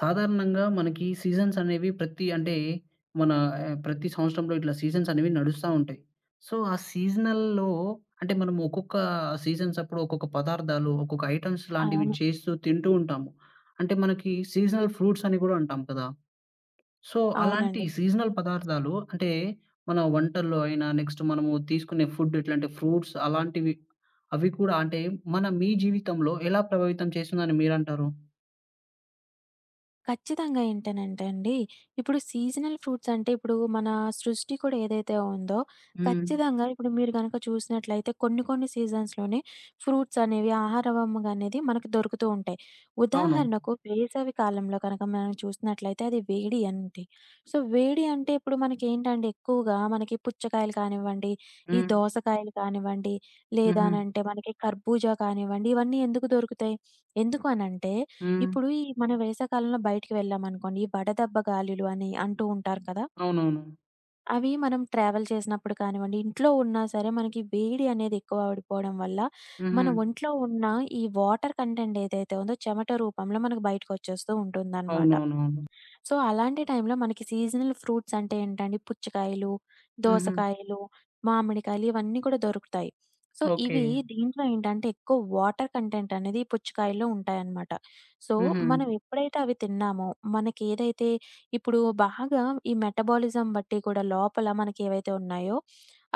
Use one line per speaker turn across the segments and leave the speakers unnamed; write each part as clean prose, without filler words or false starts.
సాధారణంగా మనకి సీజన్స్ అనేవి ప్రతి అంటే మన ప్రతి సంవత్సరంలో ఇట్లా సీజన్స్ అనేవి నడుస్తా ఉంటాయి. సో, ఆ సీజనల్‌లో అంటే మనం ఒక్కొక్క సీజన్స్ అప్పుడు ఒక్కొక్క పదార్థాలు, ఒక్కొక్క ఐటెమ్స్ లాంటివి
అవును.
చేస్తూ తింటూ ఉంటాము. అంటే మనకి సీజనల్ ఫ్రూట్స్ అని కూడా అంటాం కదా! సో, అలాంటి
అవునండి.
సీజనల్ పదార్థాలు అంటే మన వంటల్లో అయినా, నెక్స్ట్ మనము తీసుకునే ఫుడ్ ఎట్లంటే ఫ్రూట్స్ అలాంటివి అవి కూడా అంటే మీ జీవితంలో ఎలా ప్రభావితం చేసిందని మీరంటారు?
ఖచ్చితంగా ఏంటనంటే అండి, ఇప్పుడు సీజనల్ ఫ్రూట్స్ అంటే ఇప్పుడు మన సృష్టి కూడా ఏదైతే ఉందో,
హ్మ్.
ఖచ్చితంగా ఇప్పుడు మీరు గనక చూసినట్లయితే కొన్ని కొన్ని సీజన్స్‌లోనే ఫ్రూట్స్ అనేవి ఆహారవంగా అనేది మనకు దొరుకుతూ ఉంటాయి.
అవును.
ఉదాహరణకు వేసవి కాలంలో కనుక మనం చూసినట్లయితే అది వేడి అండి. సో, వేడి అంటే ఇప్పుడు మనకేంటంటే ఎక్కువగా మనకి పుచ్చకాయలు కానివ్వండి, ఈ
హ్మ్.
దోసకాయలు కానివ్వండి,
హుహు.
లేదనంటే మనకి ఖర్బూజా కానివ్వండి, ఇవన్నీ ఎందుకు దొరుకుతాయి? ఎందుకు అనంటే
హ్మ్.
ఇప్పుడు ఈ మన వేసవికాలంలో బయటికి వెళ్ళామనుకోండి, ఈ వడదెబ్బ గాలులు అని అంటూ ఉంటారు కదా!
అవునవును.
అవి మనం ట్రావెల్ చేసినప్పుడు కానివ్వండి, ఇంట్లో ఉన్నా సరే మనకి వేడి అనేది ఎక్కువవడిపోవడం వల్ల,
హుహు.
మన ఒంట్లో ఉన్న ఈ వాటర్ కంటెంట్ ఏదైతే ఉందో చెమట రూపంలో మనకు బయటకొచ్చేస్తూ ఉంటుందనమాట.
అవునవునవును.
సో, అలాంటి టైంలో మనకి సీజనల్ ఫ్రూట్స్ అంటే ఏంటండి, పుచ్చకాయలు,
హుహు.
దోసకాయలు, మామిడికాయలు ఇవన్నీ కూడా దొరుకుతాయి. So,
okay.
ఇవి దీంట్లో ఏంటంటే ఎక్కువ వాటర్ కంటెంట్ అనేది ఈ పుచ్చకాయల్లో ఉంటాయన్నమాట. సో,
హుహు.
మనం ఎప్పుడైతే అవి తిన్నామో, మనకి ఏదైతే ఇప్పుడు బాగా ఈ మెటబాలిజం బట్టి కూడా లోపల మనకి ఏవైతే ఉన్నాయో,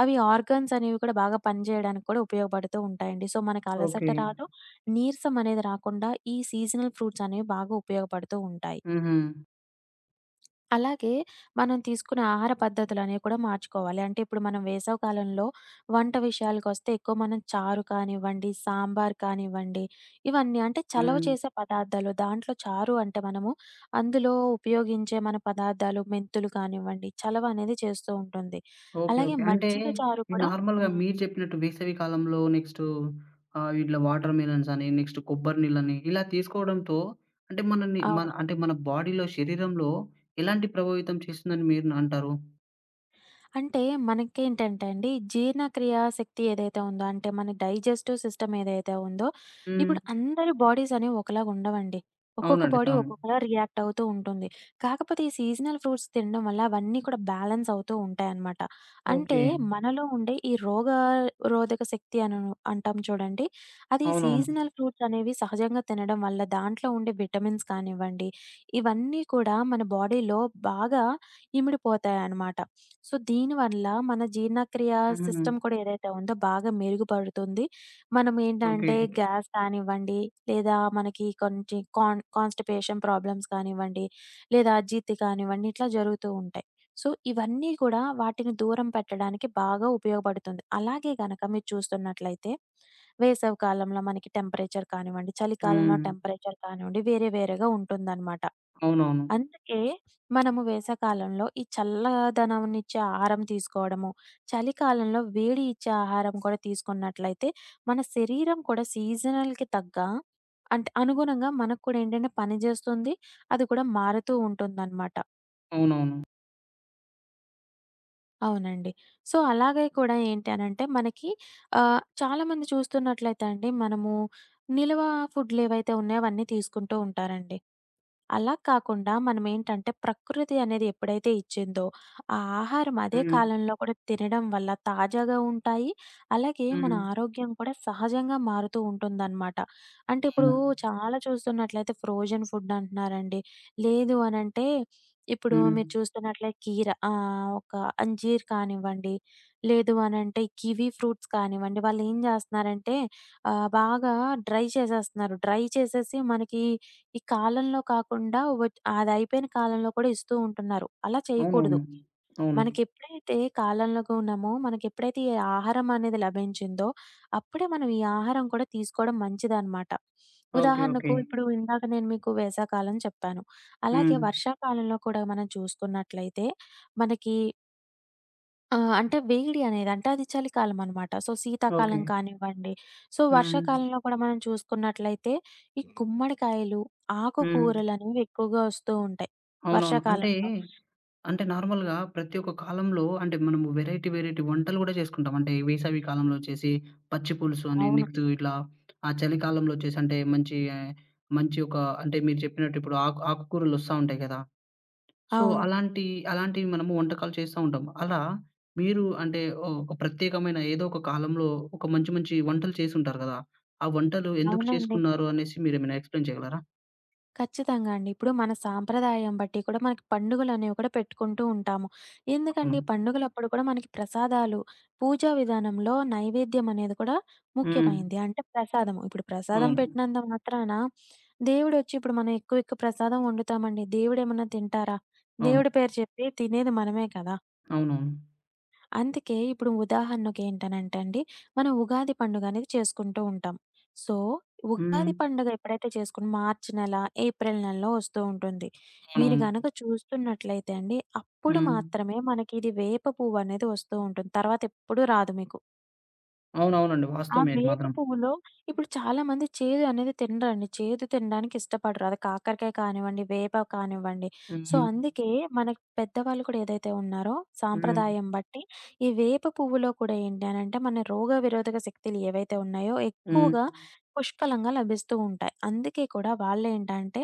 అవి ఆర్గన్స్ అనేవి కూడా బాగా పనిచేయడానికి కూడా ఉపయోగపడుతూ ఉంటాయండి. సో, మనకి అలసట
ఓకే.
రాదు, నీరసం అనేది రాకుండా ఈ సీజనల్ ఫ్రూట్స్ అనేవి బాగా ఉపయోగపడుతూ ఉంటాయి.
హుహు.
అలాగే మనం తీసుకునే ఆహార పద్ధతులనేవి కూడా మార్చుకోవాలి. అంటే ఇప్పుడు మనం వేసవి కాలంలో వంట విషయాలకొస్తే ఎక్కువ మనం చారు కానివ్వండి, సాంబార్ కానివ్వండి, ఇవన్నీ అంటే చలవ
హ్మ్.
చేసే పదార్థాలు. దాంట్లో చారు అంటే మనము అందులో ఉపయోగించే మన పదార్థాలు మెంతులు కానివ్వండి, చలవ అనేది చేస్తూ ఉంటుంది.
ఓకే.
అలాగే
ఓకే. అంటే
మజ్జిగ చారు
ఈ
కూడా.
నార్మల్‌గా
హ్మ్.
మీరు చెప్పినట్టు వేసవి కాలంలో నెక్స్టు ఇట్లా వాటర్ మిలన్స్ అని, నెక్స్ట్ కొబ్బరి నీళ్ళని ఇలా తీసుకోవడంతో అంటే మనల్ని మన
అవును.
అంటే మన బాడీలో, శరీరంలో ఎలాంటి ప్రభావితం చేస్తుందని మీరు అంటారు?
అంటే మనకేంటంటే అండి, జీర్ణక్రియ శక్తి ఏదైతే ఉందో, అంటే మన డైజెస్టివ్ సిస్టమ్ ఏదైతే ఉందో,
హ్మ్.
ఇప్పుడు అందరి బాడీస్ అనేవి ఒకలాగా ఉండవండి. ఒక్కొక్క
అవునండి.
బాడీ
అవును.
ఒక్కొక్కలా రియాక్ట్ అవుతూ ఉంటుంది. కాకపోతే ఈ సీజనల్ ఫ్రూట్స్ తినడం వల్ల అవన్నీ కూడా బ్యాలెన్స్ అవుతూ ఉంటాయన్నమాట. అంటే
ఓకే.
మనలో ఉండే ఈ రోగారోధక శక్తి అని అంటాం చూడండి. అది
అవునవును.
సీజనల్ ఫ్రూట్స్ అనేవి సహజంగా తినడం వల్ల దాంట్లో ఉండే విటమిన్స్ కానివ్వండి, ఇవన్నీ కూడా మన బాడీలో బాగా ఇమిడిపోతాయన్నమాట. సో, దీనివల్ల మన జీర్ణక్రియ
హుహు.
సిస్టమ్ కూడా ఏదైతే ఉందో బాగా మెరుగుపడుతుంది.
ఓకే.
మనమేంటంటే గ్యాస్ కానివ్వండి, లేదా మనకి కొంచెం కాన్‌స్టిపేషన్ ప్రాబ్లమ్స్ కానివ్వండి, లేదా అజీర్తి కానివ్వండి, ఇట్లా జరుగుతూ ఉంటాయి. సో, ఇవన్నీ కూడా వాటిని దూరం పెట్టడానికి బాగా ఉపయోగపడుతుంది. అలాగే గనక మీరు చూస్తున్నట్లయితే, వేసవి కాలంలో మనకి టెంపరేచర్ కానివ్వండి, చలికాలంలో
హ్మ్.
టెంపరేచర్ కానివ్వండి, వేరే వేరేగా ఉంటుందనమాట.
అవునవును.
అందుకే మనము వేసవికాలంలో ఈ చల్లదనంనిచ్చే ఆహారం తీసుకోవడము, చలికాలంలో వేడి ఇచ్చే ఆహారం కూడా తీసుకున్నట్లయితే, మన శరీరం కూడా సీజనల్‌కి తగ్గ అంటే అనుగుణంగా మనకు కూడా ఏంటంటే పని జేస్తుంది. అది కూడా మారుతూ ఉంటుందనమాట.
అవునవును.
అవునండి. సో, అలాగే కూడా ఏంటి అనంటే మనకి చాలామంది చూస్తున్నట్లయితే అండి మనము నిల్వ ఫుడ్‌లేవైతే ఉన్నాయో అవన్నీ తీసుకుంటూ ఉంటారండి. అలా కాకుండా మనమేంటంటే ప్రకృతి అనేది ఎప్పుడైతే ఇచ్చిందో, ఆ ఆహారం అదే
హ్మ్.
కాలంలో కూడా తినడం వల్ల తాజాగా ఉంటాయి. అలాగే మన
హ్మ్.
ఆరోగ్యం కూడా సహజంగా మారుతూ ఉంటుందనమాట. అంటే ఇప్పుడు
అవును.
చాలా చూస్తున్నట్లయితే ఫ్రోజన్ ఫుడ్ అంటున్నారండి. లేదు అనంటే ఇప్పుడు
హ్మ్.
మీరు చూస్తున్నట్లే కీర ఒక అంజీర్ కానివ్వండి, లేదు అనంటే కివి ఫ్రూట్స్ కానివ్వండి, వాళ్ళేం జేస్తన్నారంటే బాగా డ్రై చేసేస్తున్నారు. డ్రై చేసేసి మనకి ఈ కాలంలో కాకుండా అదయిపోయిన కాలంలో కూడా ఇస్తూ ఉంటున్నారు. అలా
అవునవును.
చేయకూడదు.
అవును.
మనకెప్పుడైతే కాలంలో ఉన్నామో, మనకెప్పుడైతే ఈ ఆహారం అనేది లభించిందో, అప్పుడే మనం ఈ ఆహారం కూడా తీసుకోవడం మంచిదనమాట.
ఓకే. ఓకే.
ఉదాహరణకు ఇప్పుడు ఇందాక నేను మీకు వేసవికాలం చెప్పాను. అలాగే
హ్మ్.
వర్షాకాలంలో కూడా మనం చూసుకున్నట్లయితే మనకి ఆ! అంటే వేడి అనేది అంటే అది చలికాలం అనమాట. So,
okay.
శీతాకాలం కానివ్వండి, సో
హ్మ్.
వర్షాకాలంలో కూడా మనం చూసుకున్నట్లయితే ఈ గుమ్మడికాయలు,
హ్మ్.
ఆకుకూరలనేవి ఎక్కువగా వస్తూ ఉంటాయి
అవునవును. అంటే,
వర్షాకాలంలో.
అంటే నార్మల్‌గా ప్రతి ఒక్క కాలంలో అంటే మనము వెరైటీ, వెరైటీ వంటలు గూడా చేసుకుంటాం. అంటే వేసవి కాలంలో వచ్చేసి పచ్చి పులుసు అని,
అవును.
నెక్స్ట్ ఇట్లా ఆ చలికాలంలో వచ్చేసి అంటే మంచి, మంచి ఒక అంటే మీరు చెప్పినట్టు ఇప్పుడు ఆకుకూరలొస్తా ఉంటాయి కదా! సో,
అవును.
అలాంటి అలాంటివి మనము వంటకాలు చేస్తా ఉంటాం. అలా మీరు అంటే ఓహ్, ఒక ప్రత్యేకమైన ఏదో ఒక కాలంలో ఒక మంచి మంచి వంటలు చేసుంటారు గదా! ఆ వంటలు ఎందుకు
అవునండి.
చేసుకున్నారు అనేసి మీరేమైనా ఎక్స్‌ప్లెయిన్ చేయగలరా?
ఖచ్చితంగా అండి. ఇప్పుడు మన సాంప్రదాయం బట్టి కూడా మనకి పండుగలనేవి కూడా పెట్టుకుంటూ ఉంటాము. ఎందుకండి
అవును.
పండుగలప్పుడు కూడా మనకి ప్రసాదాలు, పూజా విధానంలో నైవేద్యం అనేది కూడా
హ్మ్.
ముఖ్యమైంది. అంటే ప్రసాదము. ఇప్పుడు ప్రసాదం
అవును.
పెట్టినంత మాత్రాన దేవుడొచ్చి ఇప్పుడు మనం ఎక్కువ ఎక్కువ ప్రసాదం వండుతామండి. దేవుడేమన్నా తింటారా?
అవును.
దేవుడి పేరు చెప్పి తినేది మనమే కదా!
అవునవును.
అందుకే ఇప్పుడు ఉదాహరణకేంటనంటే అండి, మనం ఉగాది పండుగ అనేది చేసుకుంటూ ఉంటాం. సో,
హ్మ్.
ఉగాది పండుగ ఎప్పుడైతే చేసుకుని మార్చ్ నెల, ఏప్రిల్ నెలలో వస్తూ ఉంటుంది. మీరు
అవునవును.
గనక చూస్తున్నట్లయితే అండి, అప్పుడు
హ్మ్.
మాత్రమే మనకి ఇది వేప పువ్వనేది వస్తూ ఉంటుంది. తర్వాతెప్పుడు రాదు మీకు.
అవునవునండి.
ఆ
వాస్తవమే అది
వేప
మాత్రం.
పువ్వులో ఇప్పుడు చాలామంది చేదు అనేది తినరండి. చేదు తినడానికి ఇష్టపడరు. అది కాకరకాయ కానివ్వండి, వేప కానివ్వండి. సో,
హ్మ్.
అందుకే మనకి పెద్దవాళ్ళు కూడా ఏదైతే ఉన్నారో
హ్మ్.
సాంప్రదాయం బట్టి ఈ వేప పువ్వులో కూడా ఏంటి అనంటే మన రోగ విరోధక శక్తులు ఏవైతే ఉన్నాయో
హ్మ్.
ఎక్కువగా పుష్కలంగా లభిస్తూ ఉంటాయి. అందుకే కూడా వాళ్ళేంటంటే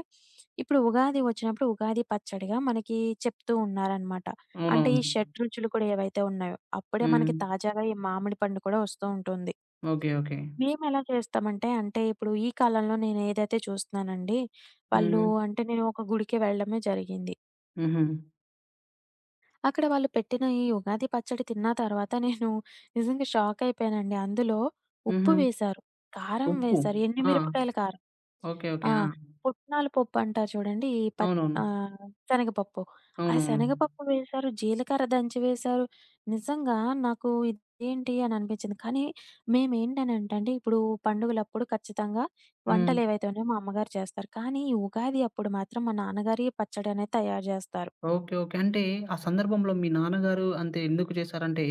ఇప్పుడు ఉగాది వచ్చినప్పుడు ఉగాది పచ్చడిగా మనకి చెప్తూ ఉన్నారనమాట. అంటే
అవునవును.
ఈ షడ్‌రుచులు కూడా ఏవైతే ఉన్నాయో అప్పుడే
హ్మ్.
మనకి తాజాగా ఈ మామిడి పండు కూడా వస్తూ ఉంటుంది.
ఓకే. ఓకే.
మేమెలా చేస్తామంటే, అంటే ఇప్పుడు ఈ కాలంలో నేనేదైతే చూస్తున్నానండి, వాళ్ళు
హ్మ్.
అంటే నేను ఒక గుడికి వెళ్ళడమే జరిగింది.
హుహు.
అక్కడ వాళ్ళు పెట్టిన ఈ ఉగాది పచ్చడి తిన్న తర్వాత నేను నిజంగా షాకయిపోయానండి. అందులో ఉప్పు
హుహు.
వేశారు, కారం
ఉప్పు.
వేశారు, ఎండు
ఆ!
మిరపకాయల కారం.
ఓకే. ఓకే.
ఆ!
ఆ!
పుట్నాల పప్పు అంటారు చూడండి.
అవునవును.
ఆహ్, శనగపప్పు. ఆ
అవునవును.
శనగపప్పు వేశారు, జీలకర్ర దంచి వేశారు. నిజంగా నాకు ఇదేంటి అని అనిపించింది. కానీ మేమేంటనంటే అండి, ఇప్పుడు పండుగలప్పుడు ఖచ్చితంగా
హ్మ్.
వంటలేవైతే ఉన్నాయో మా అమ్మగారు చేస్తారు. కానీ ఈ ఉగాది అప్పుడు మాత్రం మా నాన్నగారే పచ్చడనేది తయారు చేస్తారు.
ఓకే. ఓకే. అంటే ఆ సందర్భంలో మీ నాన్నగారు అంతే ఎందుకు చేశారంటే,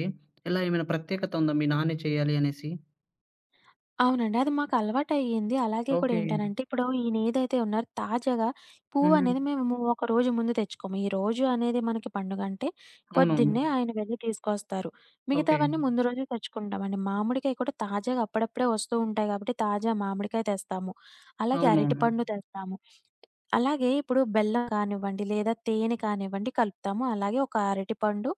ఇలా ఏమైనా ప్రత్యేకత ఉందా? మీ నాన్నే చేయాలి అనేసి?
అవునండి. అది మాకలవాటయ్యింది. అలాగే కూడా
ఓకే.
ఏంటనంటే, ఇప్పుడు ఈయనేదైతే ఉన్నారో తాజాగా
హుహు.
పువ్వనేది మేము ఒక రోజు ముందు తెచ్చుకోము. ఈ రోజు అనేది మనకి పండుగంటే,
అవునవును.
పొద్దున్నే ఆయన వెళ్ళి తీసుకొస్తారు.
ఓకే.
మిగతావన్నీ ముందు రోజే తెచ్చుకుంటామండి. మామిడికాయ కూడా తాజాగా అప్పుడప్పుడే వస్తూ ఉంటాయి కాబట్టి, తాజా మామిడికాయ తెస్తాము. అలాగే
అవునవును.
అరటిపండు తెస్తాము. అలాగే ఇప్పుడు బెల్లం కానివ్వండి, లేదా తేనె కానివ్వండి కలుపుతాము. అలాగే ఒక అరటిపండు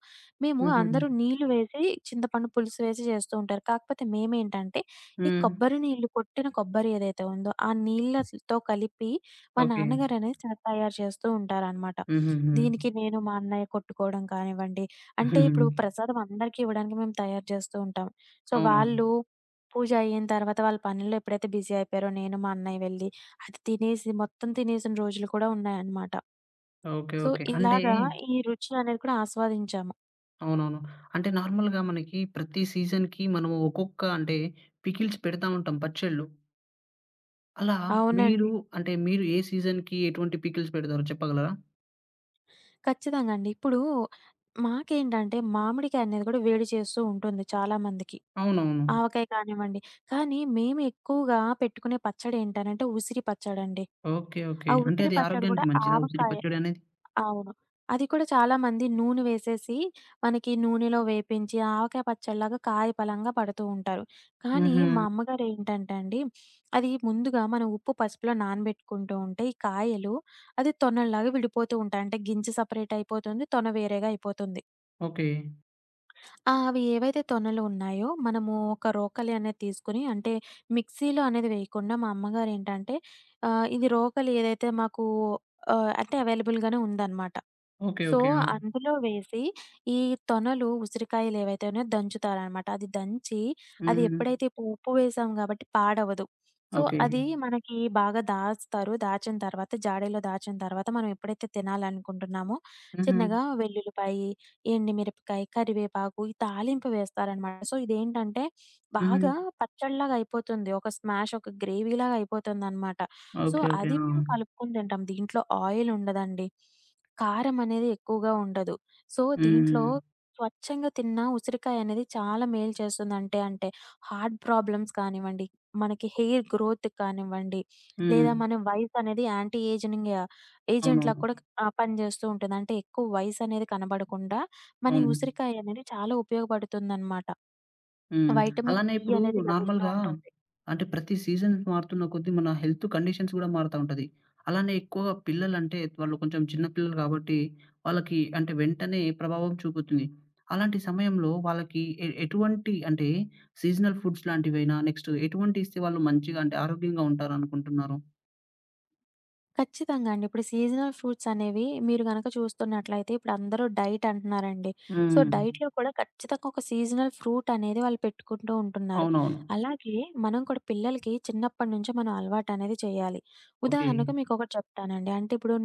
మేము
హుహు.
అందరూ నీళ్లు వేసి, చింతపండు పులుసు వేసి చేస్తూ ఉంటారు. కాకపోతే మేమేంటంటే, ఈ
హ్మ్.
కొబ్బరి నీళ్ళు కొట్టిన కొబ్బరి ఏదైతే ఉందో, ఆ నీళ్ళతో కలిపి మా
ఓకే.
నాన్నగారనేది తయారు చేస్తూ ఉంటారనమాట.
హుహుహు.
దీనికి నేను, మా అన్నయ్య కొట్టుకోవడం కానివ్వండి, అంటే
హుహు.
ఇప్పుడు ప్రసాదం అందరికీ ఇవ్వడానికి మేము తయారు చేస్తూ ఉంటాం. సో,
అవునవును.
వాళ్ళు పూజ అయిన తర్వాత వాళ్ళ పనుల్లో ఎప్పుడైతే బిజీ అయిపోయారో నేను, మా అన్నయ్య వెళ్లి అది తినేసి, మొత్తం తినేసిన రోజులు కూడా ఉన్నాయన్నమాట.
ఓకే.
So,
okay. అంటే
ఇలాగా ఈ రుచి అనేది కూడా ఆస్వాదించాము.
అవునవును. అంటే నార్మల్‌గా మనకి ప్రతి సీజన్‌కి మనం ఒక్కొక్క అంటే పికిల్స్ పెడతా ఉంటాం పచ్చళ్ళు. అలా మీరు
అవునండి.
అంటే మీరు ఏ సీజన్‌కి ఎటువంటి పికిల్స్ పెడతారో చెప్పగలరా?
ఖచ్చితంగా అండి. ఇప్పుడు మాకేంటంటే మామిడికాయ అనేది కూడా వేడి చేస్తూ ఉంటుంది చాలా మందికి.
అవునవును.
ఆవకాయ కానివ్వండి. కానీ మేము ఎక్కువగా పెట్టుకునే పచ్చడేంటనంటే ఉసిరి పచ్చడండి.
ఓకే. ఓకే.
ఆ
అంటే
ఉసిరి
అది
పచ్చడి కూడా
ఆరోగ్యానికి మంచిదా ఉసిరి
ఆవకాయ
పచ్చడి అనేది?
అవును. అది కూడా చాలామంది నూనె వేసేసి, మనకి నూనెలో వేపించి ఆవకాయ పచ్చడిలాగా కాయ పలంగా పడుతూ ఉంటారు. కానీ
హుహు.
మా అమ్మగారు ఏంటంటే అండి, అది ముందుగా మనం ఉప్పు, పసుపులో నానబెట్టుకుంటూ ఉంటే ఈ కాయలు అది తొనల్లాగా విడిపోతూ ఉంటాయి. అంటే గింజ సెపరేట్ అయిపోతుంది. తొన వేరేగా అయిపోతుంది.
ఓకే.
ఆ! అవి ఏవైతే తొనలు ఉన్నాయో మనము ఒక రోకలి అనేది తీసుకొని అంటే మిక్సీలో అనేది వేయకుండా మా అమ్మగారు ఏంటంటే ఇది రోకలి ఏదైతే మాకు అంటే అవైలబుల్‌గానే ఉందన్నమాట.
ఓకే.
So,
okay. ఆ!
అందులో వేసి ఈ తొనలు, ఉసిరికాయలేవైతే ఉన్నాయో దంచుతారనమాట. అది దంచి అది
హ్మ్.
ఎప్పుడైతే ఇప్పుడు ఉప్పు వేసాం గాబట్టి పాడవదు. So,
okay.
అది మనకి బాగా దాస్తారు. దాచిన తర్వాత జాడీలో దాచిన తర్వాత మనం ఎప్పుడైతే తినాలనుకుంటున్నామో
హుహు.
చిన్నగా వెల్లుల్లిపాయి, ఎండుమిరపకాయ, కరివేపాకు ఈ తాలింపు వేస్తారనమాట. సో, ఇదేంటంటే
హుహు.
బాగా పచ్చడిలాగా అయిపోతుంది. ఒక స్మాష్ ఒక గ్రేవీలాగా అయిపోతుందనమాట. So,
okay. ఓకే.
అది
ఆ!
మేము కలుపుకొని తింటాం. దీంట్లో ఆయిల్ ఉండదండి. కారమనేది ఎక్కువగా ఉండదు. సో, దీంట్లో
హ్మ్.
స్వచ్ఛంగా తిన్న ఉసిరికాయనేది చాలా మేలు చేస్తుందంటే అంటే, అంటే హార్ట్ ప్రాబ్లమ్స్ కానివ్వండి, మనకి హెయిర్ గ్రోత్‌కి కానివ్వండి,
హ్మ్.
లేదా మన వయసనేది యాంటీ ఏజనింగ్ యా ఏజెంట్‌లా
అవునవును.
కూడా పనిజేస్తూ ఉంటుంది. అంటే ఎక్కువ వయసనేది కనబడకుండా, మన ఈ
అవును.
ఉసిరికాయనేది చాలా ఉపయోగపడుతుందనమాట.
హ్మ్.
వైటమిన్
అలానే
సి
ఇప్పుడు
అనేది లభిస్తూ
నార్మల్‌గా
ఉంటుంది.
అంటే ప్రతి సీజన్ మారుతున్న కొద్దీ మన హెల్త్ కండిషన్స్ గూడా మారుతా ఉంటది. అలానే ఎక్కువగా పిల్లలంటే వాళ్ళు కొంచెం చిన్న పిల్లలు కాబట్టి వాళ్ళకి అంటే వెంటనే ప్రభావం చూపుతుంది. అలాంటి సమయంలో వాళ్ళకి ఎటువంటి అంటే సీజనల్ ఫుడ్స్ లాంటివైనా నెక్స్ట్ ఎటువంటివి ఇస్తే వాళ్ళు మంచిగా అంటే ఆరోగ్యంగా ఉంటారనుకుంటున్నారు?
ఖచ్చితంగా అండి. ఇప్పుడు సీజనల్ ఫ్రూట్స్ అనేవి మీరు గనక చూస్తున్నట్లయితే ఇప్పుడు అందరూ డైట్ అంటున్నారండి. సో,
హ్మ్.
డైట్‌లో కూడా ఖచ్చితంగా ఒక సీజనల్ ఫ్రూట్ అనేది వాళ్ళు పెట్టుకుంటూ ఉంటున్నారు.
అవునవును.
అలాగే మనం కూడా పిల్లలకి చిన్నప్పటి నుంచే మనం అలవాటనేది చేయాలి.
ఓకే.
ఉదాహరణకు మీకొకటి చెప్తానండి. అంటే ఇప్పుడు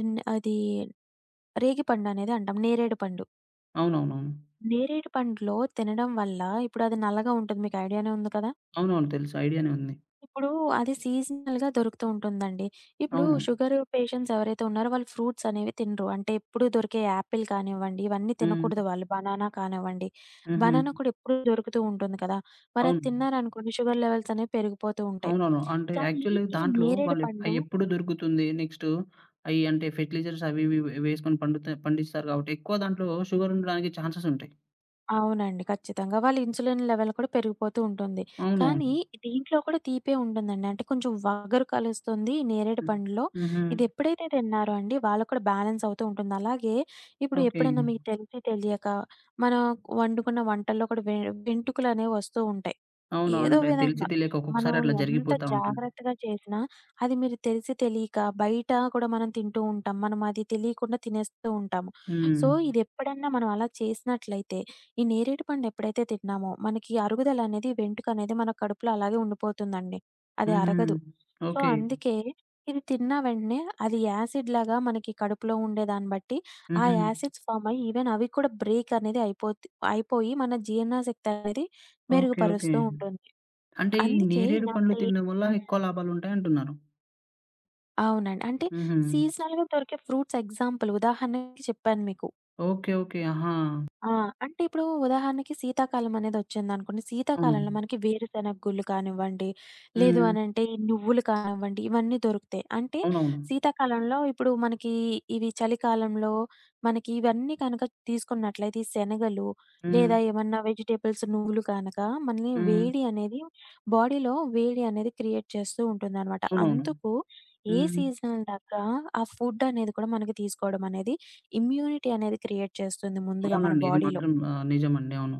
రిన్ అది రేగిపండు అనేది అంటాం. నేరేడు పండు.
అవునవునవును.
నేరేడు పండులో తినడం వల్ల ఇప్పుడు అది నల్లగా ఉంటుంది. మీకు ఐడియానే ఉంది కదా!
అవునవును. తెలుసు ఐడియానే ఉంది.
ఇప్పుడు అది సీజనల్‌గా దొరుకుతూ ఉంటుందండి. ఇప్పుడు
అవును.
షుగర్ పేషెంట్స్ ఎవరైతే ఉన్నారో వాళ్ళు ఫ్రూట్స్ అనేవి తినరు. అంటే ఎప్పుడు దొరికే యాపిల్ కానివ్వండి, ఇవన్నీ
హ్మ్.
తినకూడదు వాళ్ళు. బనానా కానివ్వండి.
హుహు.
బనానా కూడా ఎప్పుడు దొరుకుతూ ఉంటుంది కదా! మరి అది
అవును.
తిన్నారనుకోండి షుగర్ లెవెల్స్ అనేవి పెరిగిపోతూ ఉంటాయి.
అవునవును. అంటే
కానీ
యాక్చువల్‌గా
ఈ
దాంట్లో
నేరేడు
వాళ్ళు అయి
పండు.
ఎప్పుడు దొరుకుతుంది. నెక్స్ట్ అయి అంటే ఫెర్టిలైజర్స్ అవి ఇవి వేసుకొని పండిస్తారు కాబట్టి ఎక్కువ దాంట్లో షుగర్ ఉండడానికి ఛాన్సెస్ ఉంటాయి.
అవునండి. ఖచ్చితంగా. వాళ్ళ ఇన్సులిన్ లెవెల్ కూడా పెరిగిపోతూ ఉంటుంది.
అవునవును.
కానీ దీంట్లో కూడా తీపే ఉంటుందండి. అంటే కొంచెం వగరు కలుస్తుంది ఈ నేరేడు
హ్మ్.
పండులో.
హుహు.
ఇది ఎప్పుడైతే తిన్నారో అండి వాళ్ళకి కూడా బ్యాలెన్స్ అవుతూ ఉంటుంది. అలాగే ఇప్పుడు
ఓకే.
ఎప్పుడైనా మీకు తెలిసి తెలియక మనం వండుకున్న వంటల్లో కూడా వెంట్రుకలనేవి వస్తూ ఉంటాయి.
అవును.
ఏదో
అంటే
విధంగా
తెలిసి తెలియక
మనం
ఒక్కొక్కసారి అట్లా
ఎంత
జరిగిపోతా ఉంటుంది.
జాగ్రత్తగా చేసినా అది మీరు తెలిసి తెలియక బయట కూడా మనం తింటూ ఉంటాం. మనం అది తెలియకుండా తినేస్తూ ఉంటాము.
హ్మ్.
సో, ఇది ఎప్పుడన్నా మనం అలా చేసినట్లయితే ఈ నేరేడు పండు ఎప్పుడైతే తిన్నామో, మనకి అరుగుదల అనేది వెంట్రుకనేది మన కడుపులో అలాగే ఉండిపోతుందండి. అది
హుహు.
అరగదు. So,
okay.
అందుకే ఇది తిన్న వెంటనే అది యాసిడ్‌లాగా మనకి కడుపులో ఉండే దాన్ని బట్టి, ఆ
హుహు.
యాసిడ్స్ ఫార్మ్ అయ్యి ఈవెన్ అవి కూడా బ్రేక్ అనేది అయిపోయి మన జీర్ణశక్తి అనేది
ఓకే. ఓకే.
మెరుగుపరుస్తూ ఉంటుంది.
అంటే ఈ
అందుకే
నేరేడు పండ్లు
ఇలాంటి.
తినడం వల్ల
హ్మ్.
ఎక్కువ లాభాలుంటాయి అంటున్నారు.
అవునండి. అంటే
హుహు.
సీజనల్‌గా దొరికే ఫ్రూట్స్ ఎగ్జాంపుల్ ఉదాహరణకి చెప్పాను మీకు.
ఓకే. ఓకే. ఆహా!
ఆ! అంటే ఇప్పుడు ఉదాహరణకి శీతాకాలం అనేదొచ్చిందనుకోండి.
అవును.
శీతాకాలంలో మనకి వేరుశనగ గుళ్ళు కానివ్వండి, లేదు
హ్మ్.
అనంటే ఈ నువ్వులు కానివ్వండి, ఇవన్నీ దొరుకుతాయి. అంటే
అవునవును.
శీతాకాలంలో ఇప్పుడు మనకి ఇవి చలికాలంలో మనకి ఇవన్నీ కనుక తీసుకున్నట్లయితే ఈ శనగలు,
హ్మ్.
లేదా ఏమన్నా వెజిటబుల్స్ నువ్వులు కనక మనల్ని
హ్మ్.
వేడి అనేది బాడీలో వేడి అనేది క్రియేట్ చేస్తూ ఉంటుందనమాట.
అవునవును.
అందుకు ఏ
హ్మ్.
సీజనల్ దగ్గ ఆ ఫుడ్ అనేది కూడా మనకి తీసుకోవడం అనేది ఇమ్యూనిటీ అనేది క్రియేట్ చేస్తుంది ముందుగా మన
అవునండి. ఇది
బాడీలో.
మాత్రం నిజమండి. అవును.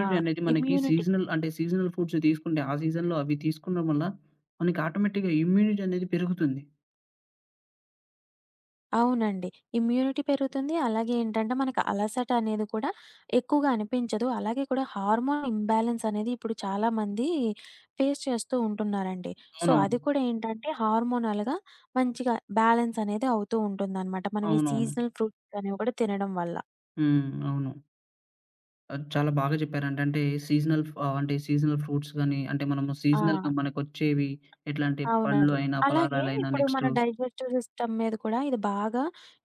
ఆ!
అనేది మనకి
ఇమ్యూనిటీ.
సీజనల్ అంటే సీజనల్ ఫుడ్స్ తీసుకుంటే, ఆ సీజన్‌లో అవి తీసుకోవడం వల్ల మనకి ఆటోమేటిక్‌గా ఇమ్యూనిటీ అనేది పెరుగుతుంది.
అవునండి. ఇమ్యూనిటీ పెరుగుతుంది. అలాగే ఏంటంటే మనకు అలసట అనేది కూడా ఎక్కువగా అనిపించదు. అలాగే కూడా హార్మోన్ ఇంబాలెన్స్ అనేది ఇప్పుడు చాలామంది ఫేస్ చేస్తూ ఉంటున్నారండి. సో,
అవునవును.
అది కూడా ఏంటంటే హార్మోనల్‌గా మంచిగా బ్యాలెన్స్ అనేది అవుతూ ఉంటుందనమాట. మనం ఈ
అవునవును.
సీజనల్ ఫ్రూట్స్ అనేవి కూడా తినడం వల్ల.
హ్మ్. అవును. అది చాలా బాగా చెప్పారండి. అంటే అంటే సీజనల్ ఫ్రూట్స్ గాని, అంటే మనము
ఆ!
సీజనల్‌గా మనకొచ్చేవి ఎట్లాంటి పండ్లు
అవునండి.
అయినా,
అలాగే
ఫలారాలైనా
ఇప్పుడు
నెక్స్ట్
మన డైజెస్టివ్ సిస్టమ్ మీద కూడా ఇది బాగా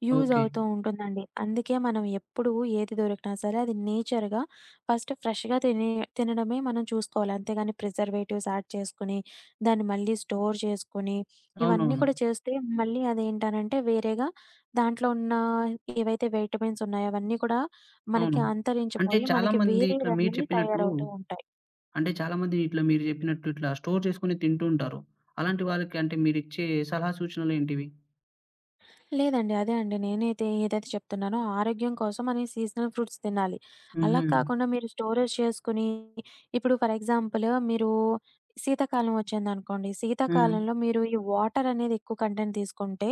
యూజ్
ఓకే.
అవుతూ ఉంటుందండి. అందుకే మనం ఎప్పుడు ఏది దొరికినా సరే అది నేచర్‌గా ఫస్ట్ ఫ్రెష్‌గా తినడమే మనం చూసుకోవాలి. అంతేగాని ప్రిజర్వేటివ్స్ యాడ్ చేసుకొని, దాన్ని మళ్ళీ స్టోర్ చేసుకొని, ఇవన్నీ
అవునవును.
కూడా చేస్తే మళ్ళీ అదేంటనంటే వేరేగా దాంట్లో ఉన్న ఏవైతే విటమిన్స్ ఉన్నాయో అవన్నీ కూడా
అవును.
మనకి
అంటే
అంతరించిపోయి మనకి
చాలామంది ఇట్లా మీరు
వేరేదనేవి
చెప్పినట్టు
తయారవుతూ ఉంటాయి.
అంటే చాలామంది ఇట్లా మీరు చెప్పినట్టు ఇట్లా స్టోర్ చేసుకొని తింటూ ఉంటారు. అలాంటి వాళ్ళకి అంటే మీరిచ్చే సలహా సూచనలేంటివి?
లేదండి. అదే అండి. నేనైతే ఏదైతే చెప్తున్నానో ఆరోగ్యం కోసం అని సీజనల్ ఫ్రూట్స్ తినాలి. అలా
హుహు.
కాకుండా మీరు స్టోరేజ్ చేసుకొని ఇప్పుడు ఫర్ ఎగ్జాంపుల్ మీరు శీతాకాలం వచ్చిందనుకోండి.
హ్మ్.
శీతాకాలంలో మీరు ఈ వాటర్ అనేది ఎక్కువ కంటెంట్ తీసుకుంటే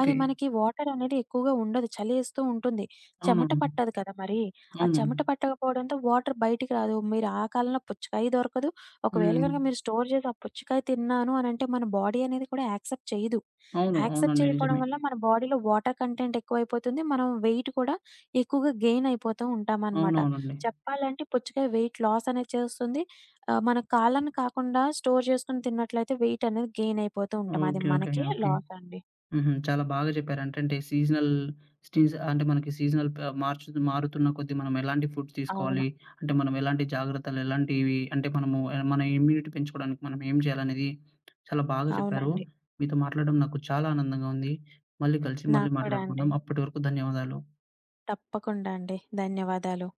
అది మనకి వాటర్ అనేది ఎక్కువగా ఉండదు. చలేస్తూ ఉంటుంది. చెమట
అవునవును.
పట్టదు కదా మరి. ఆ
అవును.
చెమట పట్టకపోవడంతో వాటర్ బయటికి రాదు. మీరు ఆ కాలంలో పుచ్చకాయ దొరకదు. ఒకవేళ
హ్మ్.
గనక మీరు స్టోర్ చేసి ఆ పుచ్చకాయ తిన్నాను అనంటే మన బాడీ అనేది కూడా యాక్సెప్ట్ చేయదు.
అవును.
యాక్సెప్ట్
అవునండి.
చేయకపోవడం
నిజమే.
వల్ల మన బాడీలో వాటర్ కంటెంట్ ఎక్కువైపోతుంది. మనం వెయిట్ కూడా ఎక్కువగా గెయిన్ అయిపోతూ ఉంటామనమాట.
అవునవునండి.
చెప్పాలంటే పుచ్చకాయ వెయిట్ లాస్ అనేది చేస్తుంది. మన కాళ్ళని కాకుండా స్టోర్ చేసుకొని తిన్నట్లయితే వెయిట్ అనేది గెయిన్ అయిపోతూ ఉంటాం. అది
ఓకే. ఓకే.
మనకే
ఓకే.
లాస్ అండి.
హుహు. చాలా బాగా చెప్పారు. అంటే సీజనల్ స్టీస్ అంటే మనకి సీజనల్ ప మార్చు మారుతున్న కొద్దీ మనం ఎలాంటి ఫుడ్స్
అవును.
తీసుకోవాలి? అంటే మనం ఎలాంటి జాగ్రత్తలు, ఎలాంటివి అంటే మనము మన ఇమ్యూనిటీ పెంచుకోవడానికి మనం ఏం చేయాలనేది చాలా బాగా చెప్పారు.
అవునండి.
మీతో మాట్లాడడం నాకు చాలా ఆనందంగా ఉంది. మళ్ళీ కలిసి మళ్ళీ
నాకు కూడా అండి.
మాట్లాడుకుందాం. అప్పటి వరకు ధన్యవాదాలు.
తప్పకుండా అండి. ధన్యవాదాలు.